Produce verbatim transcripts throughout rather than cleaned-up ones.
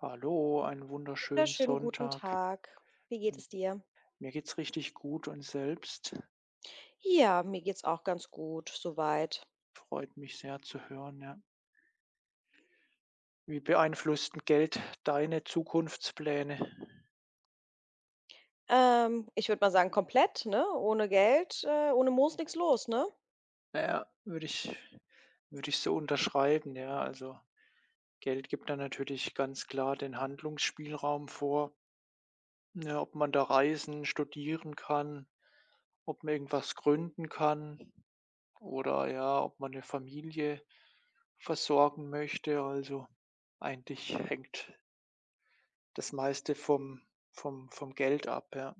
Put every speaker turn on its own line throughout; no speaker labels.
Hallo, einen wunderschönen
Wunderschönen guten
Sonntag.
Tag. Wie geht es dir?
Mir geht's richtig gut und selbst?
Ja, mir geht's auch ganz gut soweit.
Freut mich sehr zu hören, ja. Wie beeinflusst 'n Geld deine Zukunftspläne?
Ähm, ich würde mal sagen, komplett, ne? Ohne Geld, äh, ohne Moos nix los, ne?
Na ja, würde ich würde ich so unterschreiben, ja. Also, Geld gibt da natürlich ganz klar den Handlungsspielraum vor, ne, ob man da reisen, studieren kann, ob man irgendwas gründen kann. Oder ja, ob man eine Familie versorgen möchte. Also, eigentlich hängt das meiste vom vom vom Geld ab, ja.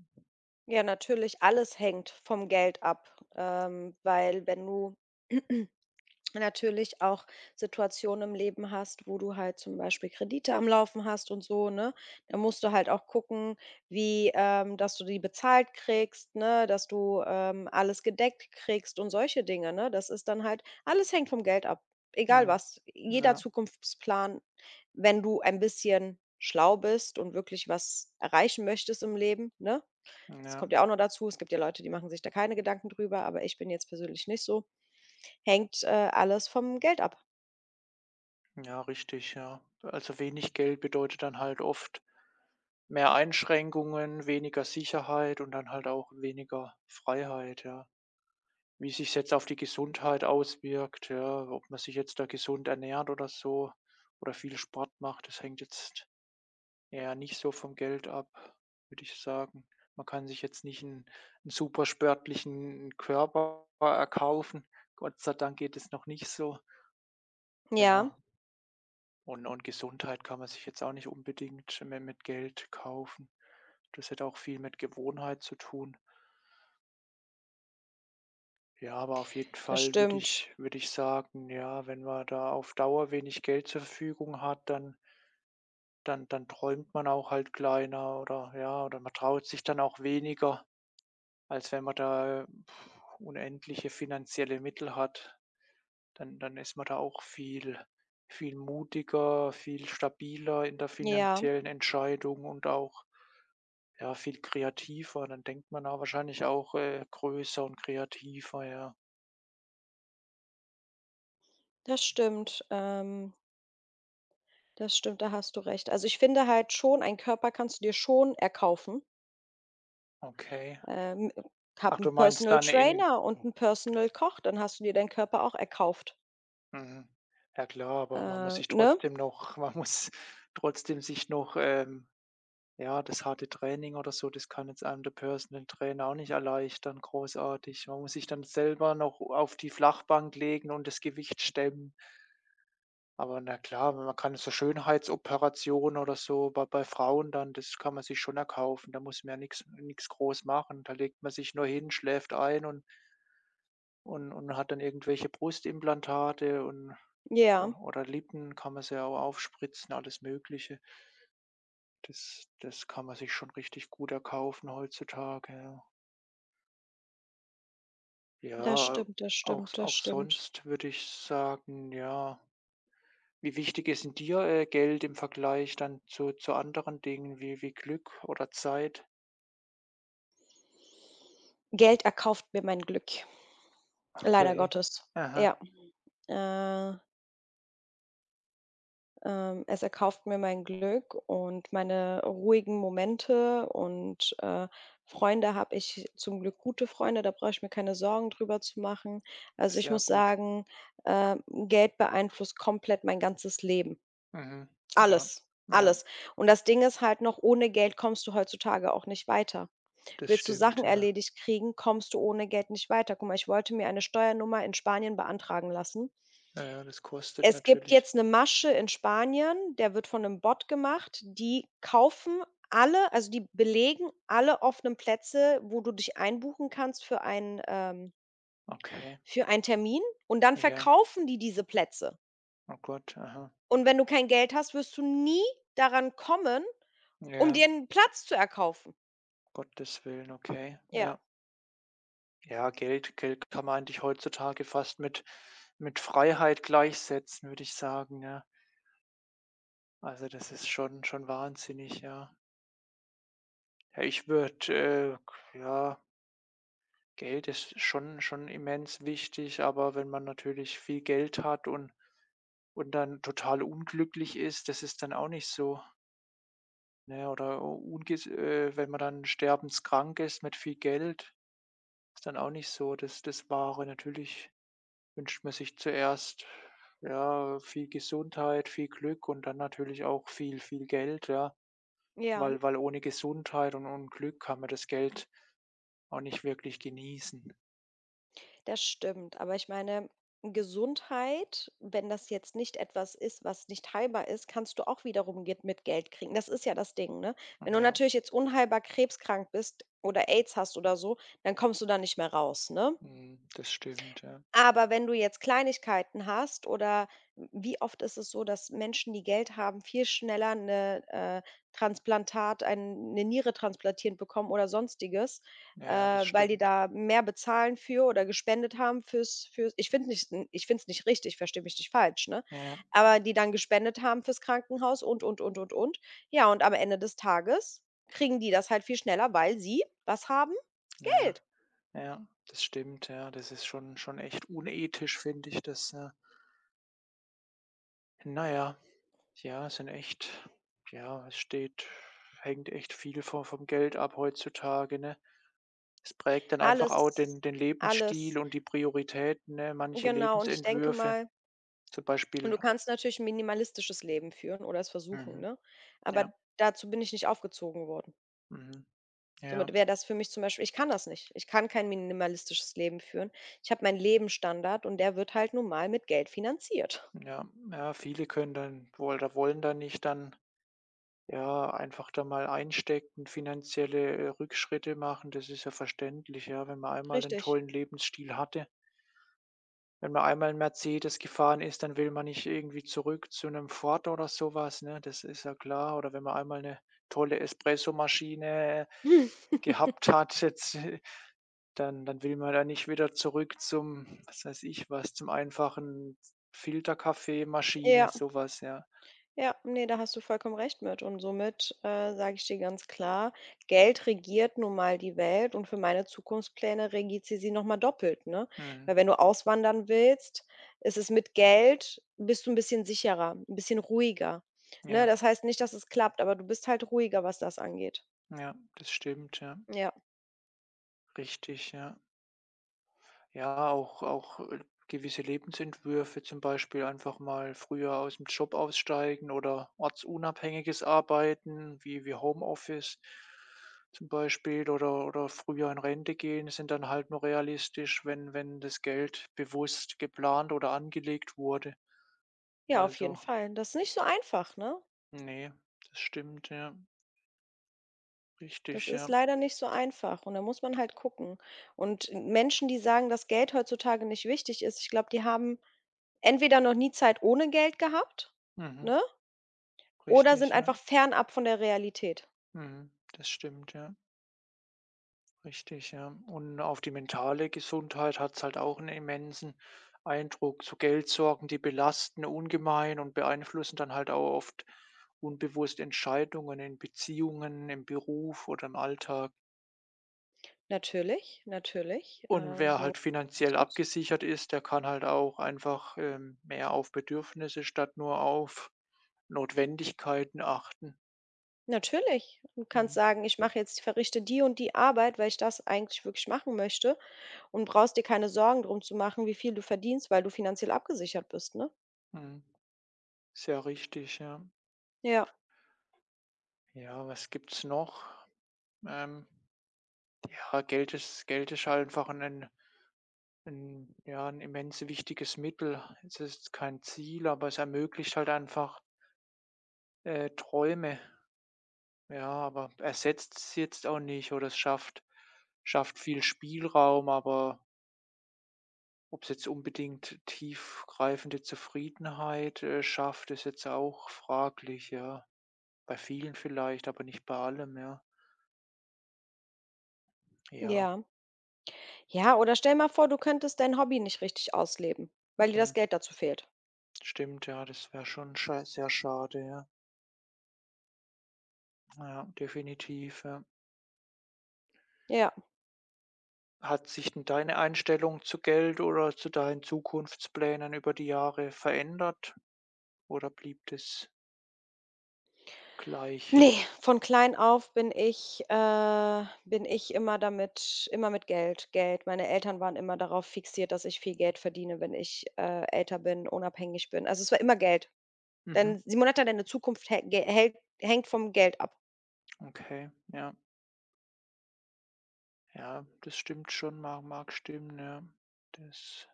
Ja, natürlich, alles hängt vom Geld ab, ähm, weil wenn du natürlich auch Situationen im Leben hast, wo du halt zum Beispiel Kredite am Laufen hast und so, ne? Da musst du halt auch gucken, wie, ähm, dass du die bezahlt kriegst, ne? Dass du ähm, alles gedeckt kriegst und solche Dinge, ne? Das ist dann halt, alles hängt vom Geld ab. Egal
Mhm.
was. Jeder
Ja,
Zukunftsplan, wenn du ein bisschen schlau bist und wirklich was erreichen möchtest im Leben, ne? Das
ja,
kommt ja auch noch dazu. Es gibt ja Leute, die machen sich da keine Gedanken drüber, aber ich bin jetzt persönlich nicht so. Hängt, äh, alles vom Geld ab.
ja, richtig, ja. Also, wenig Geld bedeutet dann halt oft mehr Einschränkungen, weniger Sicherheit und dann halt auch weniger Freiheit, ja. Wie sich jetzt auf die Gesundheit auswirkt, ja, ob man sich jetzt da gesund ernährt oder so oder viel Sport macht, das hängt jetzt ja nicht so vom Geld ab, würde ich sagen. Man kann sich jetzt nicht 'n 'n super sportlichen Körper erkaufen. Gott sei Dank geht es noch nicht so.
Ja,
Ja, und und Gesundheit kann man sich jetzt auch nicht unbedingt mi mit Geld kaufen. Das hat auch viel mit Gewohnheit zu tun. Ja, aber auf jeden
das
Fall würde
stimmt.
ich würde ich sagen, ja, wenn man da auf Dauer wenig Geld zur Verfügung hat, dann dann dann träumt man auch halt kleiner oder ja, oder man traut sich dann auch weniger, als wenn man da äh, unendliche finanzielle Mittel hat, dann dann ist man da auch viel viel mutiger, viel stabiler in der
Ja,
finanziellen Entscheidung und auch, ja, viel kreativer. Dann denkt man da wahrscheinlich auch, äh, größer und kreativer, ja.
das stimmt. Ähm, das stimmt, da hast du recht. Also, ich finde halt schon, einen Körper kannst du dir schon erkaufen.
Okay.
Ähm, habe
Ach, du
'n
meinst
Personal
dann in
Trainer und einen Personal Koch, dann hast du dir deinen Körper auch erkauft.
mhm. Ja klar, aber man muss
Äh,
sich
ne?
trotzdem noch man muss trotzdem sich noch, ähm ja, das harte Training oder so, das kann jetzt einem der Personal Trainer auch nicht erleichtern, großartig. Man muss sich dann selber noch auf die Flachbank legen und das Gewicht stemmen. Aber na klar, man kann so Schönheitsoperationen oder so bei, bei Frauen dann, das kann man sich schon erkaufen. Da muss man ja nichts nichts groß machen. Da legt man sich nur hin, schläft ein und, und, und hat dann irgendwelche Brustimplantate und o-
Ja,
oder Lippen kann man sich ja auch aufspritzen, alles Mögliche. Das das kann man sich schon richtig gut erkaufen heutzutage, ja.
das
Ja,
stimmt, das
auch
stimmt, das
auch
stimmt.
sonst würde ich sagen, ja, wie wichtig ist 'n dir, äh, Geld im Vergleich dann zu zu anderen Dingen wie wie Glück oder Zeit?
Geld erkauft mir mein Glück, leider
Okay.
Gottes. Ja.
Aha,
Äh Ähm, es erkauft mir mein Glück und meine ruhigen Momente und, äh, Freunde habe ich zum Glück gute Freunde, da brauche ich mir keine Sorgen drüber zu machen. Also, ich
sehr
muss
gut.
sagen, ähm, Geld beeinflusst komplett mein ganzes Leben.
Mhm. Ja,
Alles,
ja,
alles. Und das Ding ist halt noch, ohne Geld kommst du heutzutage auch nicht weiter.
das
Willst du Sachen
stimmt, ja.
erledigt kriegen, kommst du ohne Geld nicht weiter. Guck mal, ich wollte mir eine Steuernummer in Spanien beantragen lassen.
Ja, ja, das kostet
Es gibt
natürlich.
jetzt 'ne Masche in Spanien, der wird von 'nem Bot gemacht. Die kaufen alle also, die belegen alle offenen Plätze, wo du dich einbuchen kannst für einen, ähm
Okay,
für einen Termin und dann
ja.
verkaufen die diese Plätze.
Oh Gott, aha.
Und wenn du kein Geld hast, wirst du nie daran kommen, um
Ja,
dir 'n Platz zu erkaufen.
Gottes Willen, okay,
Ja,
ja. Ja, Geld Geld kann man eigentlich heutzutage fast mit mit Freiheit gleichsetzen, würde ich sagen, ja. Also, das ist schon schon wahnsinnig, ja. Ja, ich würde, äh ja, Geld ist schon schon immens wichtig, aber wenn man natürlich viel Geld hat und und dann total unglücklich ist, das ist dann auch nicht so, ne? Oder unges äh, wenn man dann sterbenskrank ist mit viel Geld, ist dann auch nicht so das das Wahre, natürlich. Wünscht man sich zuerst, ja, viel Gesundheit, viel Glück und dann natürlich auch viel, viel Geld, ja,
ja.
weil weil ohne Gesundheit und ohne Glück kann man das Geld auch nicht wirklich genießen.
Das stimmt, aber ich meine, Gesundheit, wenn das jetzt nicht etwas ist, was nicht heilbar ist, kannst du auch wiederum Geld mit Geld kriegen. Das ist ja das Ding, ne? Wenn du
Ja,
natürlich jetzt unheilbar krebskrank bist oder Aids hast oder so, dann kommst du da nicht mehr raus, ne?
mhm, das stimmt, ja.
Aber wenn du jetzt Kleinigkeiten hast oder wie oft ist es so, dass Menschen, die Geld haben, viel schneller eine äh, Transplantat ein 'ne Niere transplantiert bekommen oder Sonstiges,
Ja,
äh,
ja, das
weil die
stimmt.
da mehr bezahlen für oder gespendet haben für's für's ich finde es nicht ich finde es nicht richtig, verstehe mich nicht falsch, ne?
Ja,
Aber die dann gespendet haben fürs Krankenhaus und, und, und, und, und. Ja, und am Ende des Tages kriegen die das halt viel schneller, weil sie was haben?
ja,
Geld.
ja, ja, das stimmt, ja. Das ist schon schon echt unethisch, finde ich das, ja. Na ja, ja, sind echt ja, es steht hängt echt viel vom vom Geld ab heutzutage, ne? Es prägt dann einfach auch
Alles
den den Lebensstil
alles
und die Prioritäten, ne, manche
Genau, und ich denke
Lebensentwürfe,
mal
zum
und du
Beispiel
kannst natürlich 'n minimalistisches Leben führen oder es versuchen,
mhm,
ne? Aber
ja,
dazu bin ich nicht aufgezogen worden.
mhm.
Somit
Ja,
wäre das für mich zum Beispiel ich kann das nicht. Ich kann kein minimalistisches Leben führen. Ich habe meinen Lebensstandard und der wird halt nun mal mit Geld finanziert.
ja, ja, viele können dann wohl da wollen dann nicht dann, ja, einfach da mal einstecken, finanzielle, äh, Rückschritte machen. Das ist ja verständlich, ja, wenn man einmal einen
Richtig.
tollen Lebensstil hatte. Wenn man einmal 'n Mercedes gefahren ist, dann will man nicht irgendwie zurück zu einem Ford oder sowas ne? Das ist ja klar. Oder wenn man einmal eine tolle Espressomaschine gehabt hat, jetzt, äh, dann dann will man da nicht wieder zurück zum, was weiß ich was, zum einfachen Filterkaffeemaschine,
Ja.
sowas ja.
Ja, ne, da hast du vollkommen recht mit und somit, äh, sage ich dir ganz klar, Geld regiert nun mal die Welt und für meine Zukunftspläne regiert sie sie noch mal doppelt, ne?
Mhm.
Weil wenn du auswandern willst, ist es mit Geld bist du ein bisschen sicherer, ein bisschen ruhiger, ne?
Ja,
Das heißt nicht, dass es klappt, aber du bist halt ruhiger, was das angeht.
ja, das stimmt, ja.
Ja.
Richtig, ja. Ja, auch auch, äh, gewisse Lebensentwürfe, zum Beispiel einfach mal früher aus dem Job aussteigen oder ortsunabhängiges Arbeiten wie wie Homeoffice zum Beispiel oder oder früher in Rente gehen, sind dann halt nur realistisch, wenn wenn das Geld bewusst geplant oder angelegt wurde.
Ja, auf jeden
Also,
Fall. Das ist nicht so einfach, ne?
nee, das stimmt, ja.
Das
Richtig,
ist
ja.
leider nicht so einfach und da muss man halt gucken. Und Menschen, die sagen, dass Geld heutzutage nicht wichtig ist, ich glaube, die haben entweder noch nie Zeit ohne Geld gehabt,
Mhm.
ne, oder sind
Richtig, ja.
einfach fernab von der Realität.
Mhm. Das stimmt, ja. Richtig, ja. Und auf die mentale Gesundheit hat es halt auch einen immensen Eindruck. So Geldsorgen, die belasten ungemein und beeinflussen dann halt auch oft unbewusst Entscheidungen in Beziehungen, im Beruf oder im Alltag.
Natürlich, natürlich,
Und
äh,
wer
so
halt finanziell
kannst du's.
abgesichert ist, der kann halt auch einfach, ähm, mehr auf Bedürfnisse statt nur auf Notwendigkeiten achten.
Natürlich. Du kannst
Mhm,
sagen: „Ich mache jetzt verrichte die und die Arbeit, weil ich das eigentlich wirklich machen möchte“ und brauchst dir keine Sorgen drum zu machen, wie viel du verdienst, weil du finanziell abgesichert bist, ne?
mhm. Sehr richtig, ja.
Ja,
Ja, was gibt's noch? Ähm Ja, Geld ist Geld ist halt einfach ein ein ja, ein immens wichtiges Mittel. Es ist kein Ziel, aber es ermöglicht halt einfach, äh, Träume. Ja, aber ersetzt es jetzt auch nicht oder es schafft schafft viel Spielraum, aber ob es jetzt unbedingt tiefgreifende Zufriedenheit, äh, schafft, ist jetzt auch fraglich, ja. Bei vielen vielleicht, aber nicht bei allem, ja. Ja,
ja. Ja, oder stell mal vor, du könntest dein Hobby nicht richtig ausleben, weil dir das
mhm,
Geld dazu fehlt.
stimmt, ja, das wäre schon scha sehr schade, ja. Ja, definitiv, ja.
Ja.
Hat sich denn deine Einstellung zu Geld oder zu deinen Zukunftsplänen über die Jahre verändert oder blieb das gleich?
Ne, von klein auf bin ich äh, bin ich immer damit immer mit Geld. Geld. Meine Eltern waren immer darauf fixiert, dass ich viel Geld verdiene, wenn ich, äh, älter bin, unabhängig bin. Also, es war immer Geld.
Mhm.
Denn Simonetta, deine Zukunft hä ge hält hängt vom Geld ab.
Okay, ja. Ja, das stimmt schon, mag mag stimmen, ja. Das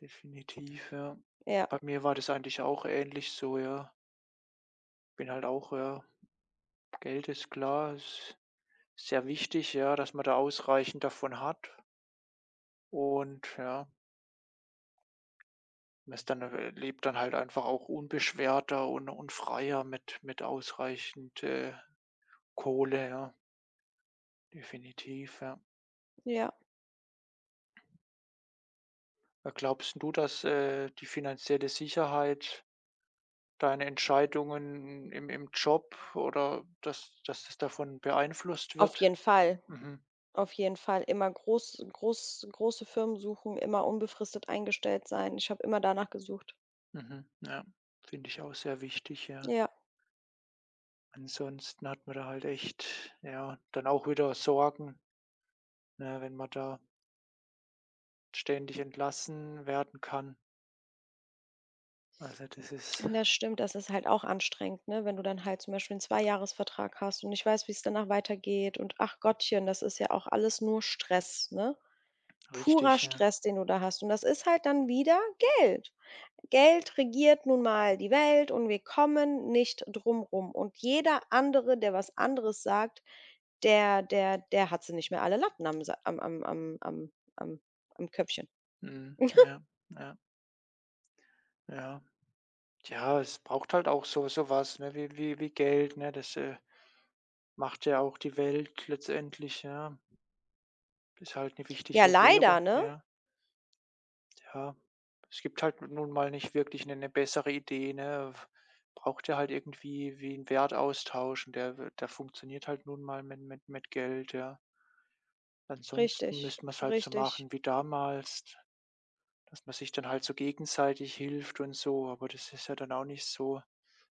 definitiv, ja.
Ja,
Bei mir war das eigentlich auch ähnlich so, ja. Bin halt auch, ja, Geld ist klar, ist sehr wichtig, ja, dass man da ausreichend davon hat und ja. Man ist dann äh, lebt dann halt einfach auch unbeschwerter und und freier mit mit ausreichend, äh, Kohle, ja, definitiv, ja.
ja.
Äh, glaubst du, dass, äh, die finanzielle Sicherheit deine Entscheidungen im im Job oder dass dass das davon beeinflusst
Auf
wird?
jeden Fall,
Mhm,
auf jeden Fall. Immer groß groß große Firmen suchen, immer unbefristet eingestellt sein. Ich habe immer danach gesucht.
mhm, ja, finde ich auch sehr wichtig, ja.
Ja.
Ansonsten hat man da halt echt, ja, dann auch wieder Sorgen, ne, wenn man da ständig entlassen werden kann. Also, das ist
Das stimmt, das ist halt auch anstrengend, ne? Wenn du dann halt zum Beispiel einen Zweijahresvertrag hast und nicht weißt, wie es danach weitergeht und ach Gottchen, das ist ja auch alles nur Stress, ne? Purer
richtig, ja.
Stress, den du da hast. Und das ist halt dann wieder Geld. Geld regiert nun mal die Welt und wir kommen nicht drum rum. Und jeder andere, der was anderes sagt, der der der hat sie nicht mehr alle Latten am Sa am am am am am am Köpfchen.
Mhm. Ja, ja, ja. Ja, es braucht halt auch so so was, ne, wie wie wie Geld, ne? Das, äh, macht ja auch die Welt letztendlich, ja. Ist halt eine
Ja,
wichtige
leider,
Währung,
ne?
ja, ja. Es gibt halt nun mal nicht wirklich eine bessere Idee, ne? Braucht ja halt irgendwie wie 'n Wertaustausch und der der funktioniert halt nun mal mit mit mit Geld, ja. Ansonsten
Richtig,
müsste man es halt so
richtig.
machen wie damals. Dass man sich dann halt so gegenseitig hilft und so, aber das ist ja dann auch nicht so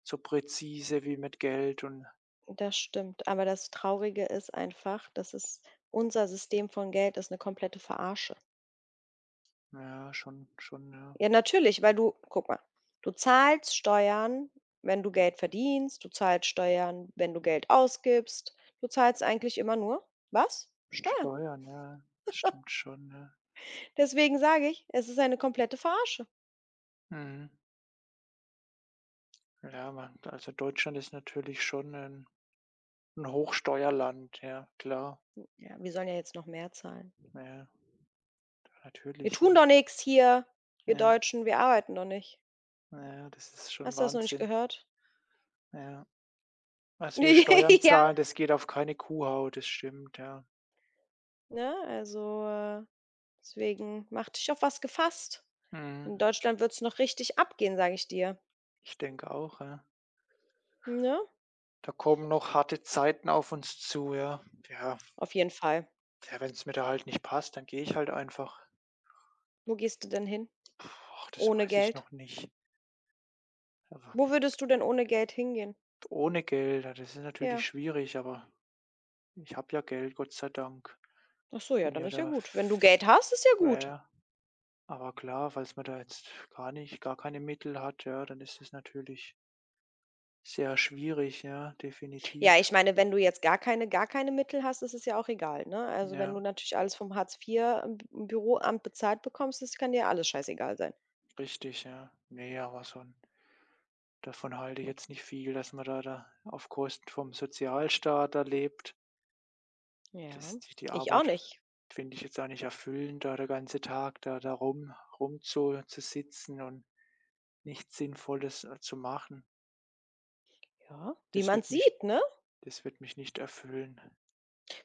so präzise wie mit Geld und
Das stimmt, aber das Traurige ist einfach, dass es unser System von Geld ist eine komplette Verarsche.
ja, schon schon, ja.
Ja, natürlich, weil du guck mal, du zahlst Steuern, wenn du Geld verdienst, du zahlst Steuern, wenn du Geld ausgibst. Du zahlst eigentlich immer nur was?
Und
Steuern.
Steuern, ja, das stimmt schon, ja.
Deswegen sage ich, es ist eine komplette Verarsche.
Mhm. Ja, man also Deutschland ist natürlich schon ein ein Hochsteuerland, ja, klar.
Ja, wir sollen ja jetzt noch mehr zahlen.
Ja,
Wir
natürlich,
tun
ja.
doch nichts hier, wir
Ja,
Deutschen, wir arbeiten doch nicht.
ja, ja, das ist schon
Hast du das noch nicht
Wahnsinn.
gehört?
Ja. Was wir Steuern
Ja,
zahlen, das geht auf keine Kuhhaut, das stimmt, ja.
ne? Also, äh deswegen mach dich auf was gefasst. In
Mhm.
Deutschland wird's noch richtig abgehen, sage ich dir,
Ich denke auch, ja.
ne?
Da kommen noch harte Zeiten auf uns zu, ja. Ja,
Auf jeden Fall.
ja, wenn es mir da halt nicht passt, dann gehe ich halt einfach.
Wo gehst du denn hin
Puh, ach, das
ohne
weiß ich
Geld?
noch nicht. Aber
Wo würdest du denn ohne Geld hingehen?
ohne Geld, ja, das ist natürlich
Ja.
schwierig, aber ich habe ja Geld, Gott sei Dank.
Ach so, ja,
Bin
dann
ja
ist ja
da
gut. Wenn du
f
Geld hast, ist ja
ja,
gut.
ja. Aber klar, falls man da jetzt gar nicht gar keine Mittel hat, ja, dann ist es natürlich sehr schwierig, ja,
Ja, ich
definitiv.
meine, wenn du jetzt gar keine gar keine Mittel hast, ist es ja auch egal, ne? Also, wenn
Ja,
du natürlich alles vom Hartz vier im Bü- im Büroamt bezahlt bekommst, das kann dir alles scheißegal sein.
richtig, ja. Ne, aber so 'n davon halte ich jetzt nicht viel, dass man da da auf Kosten vom Sozialstaat da lebt.
Ja,
Das die die
ich auch
Arbeit
nicht.
finde ich jetzt auch nicht erfüllend, da der ganze Tag da da rum rumzu zu zu sitzen und nichts Sinnvolles, äh, zu machen.
Ja, wie
Das
man
wird mich
sieht, ne?
das wird mich nicht erfüllen.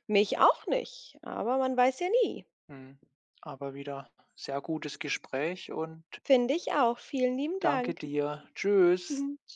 Mich auch nicht, aber man weiß ja nie.
Mhm. Aber wieder sehr gutes Gespräch und
Finde ich auch. Vielen lieben
danke
Dank.
dir. Tschüss.
Mhm.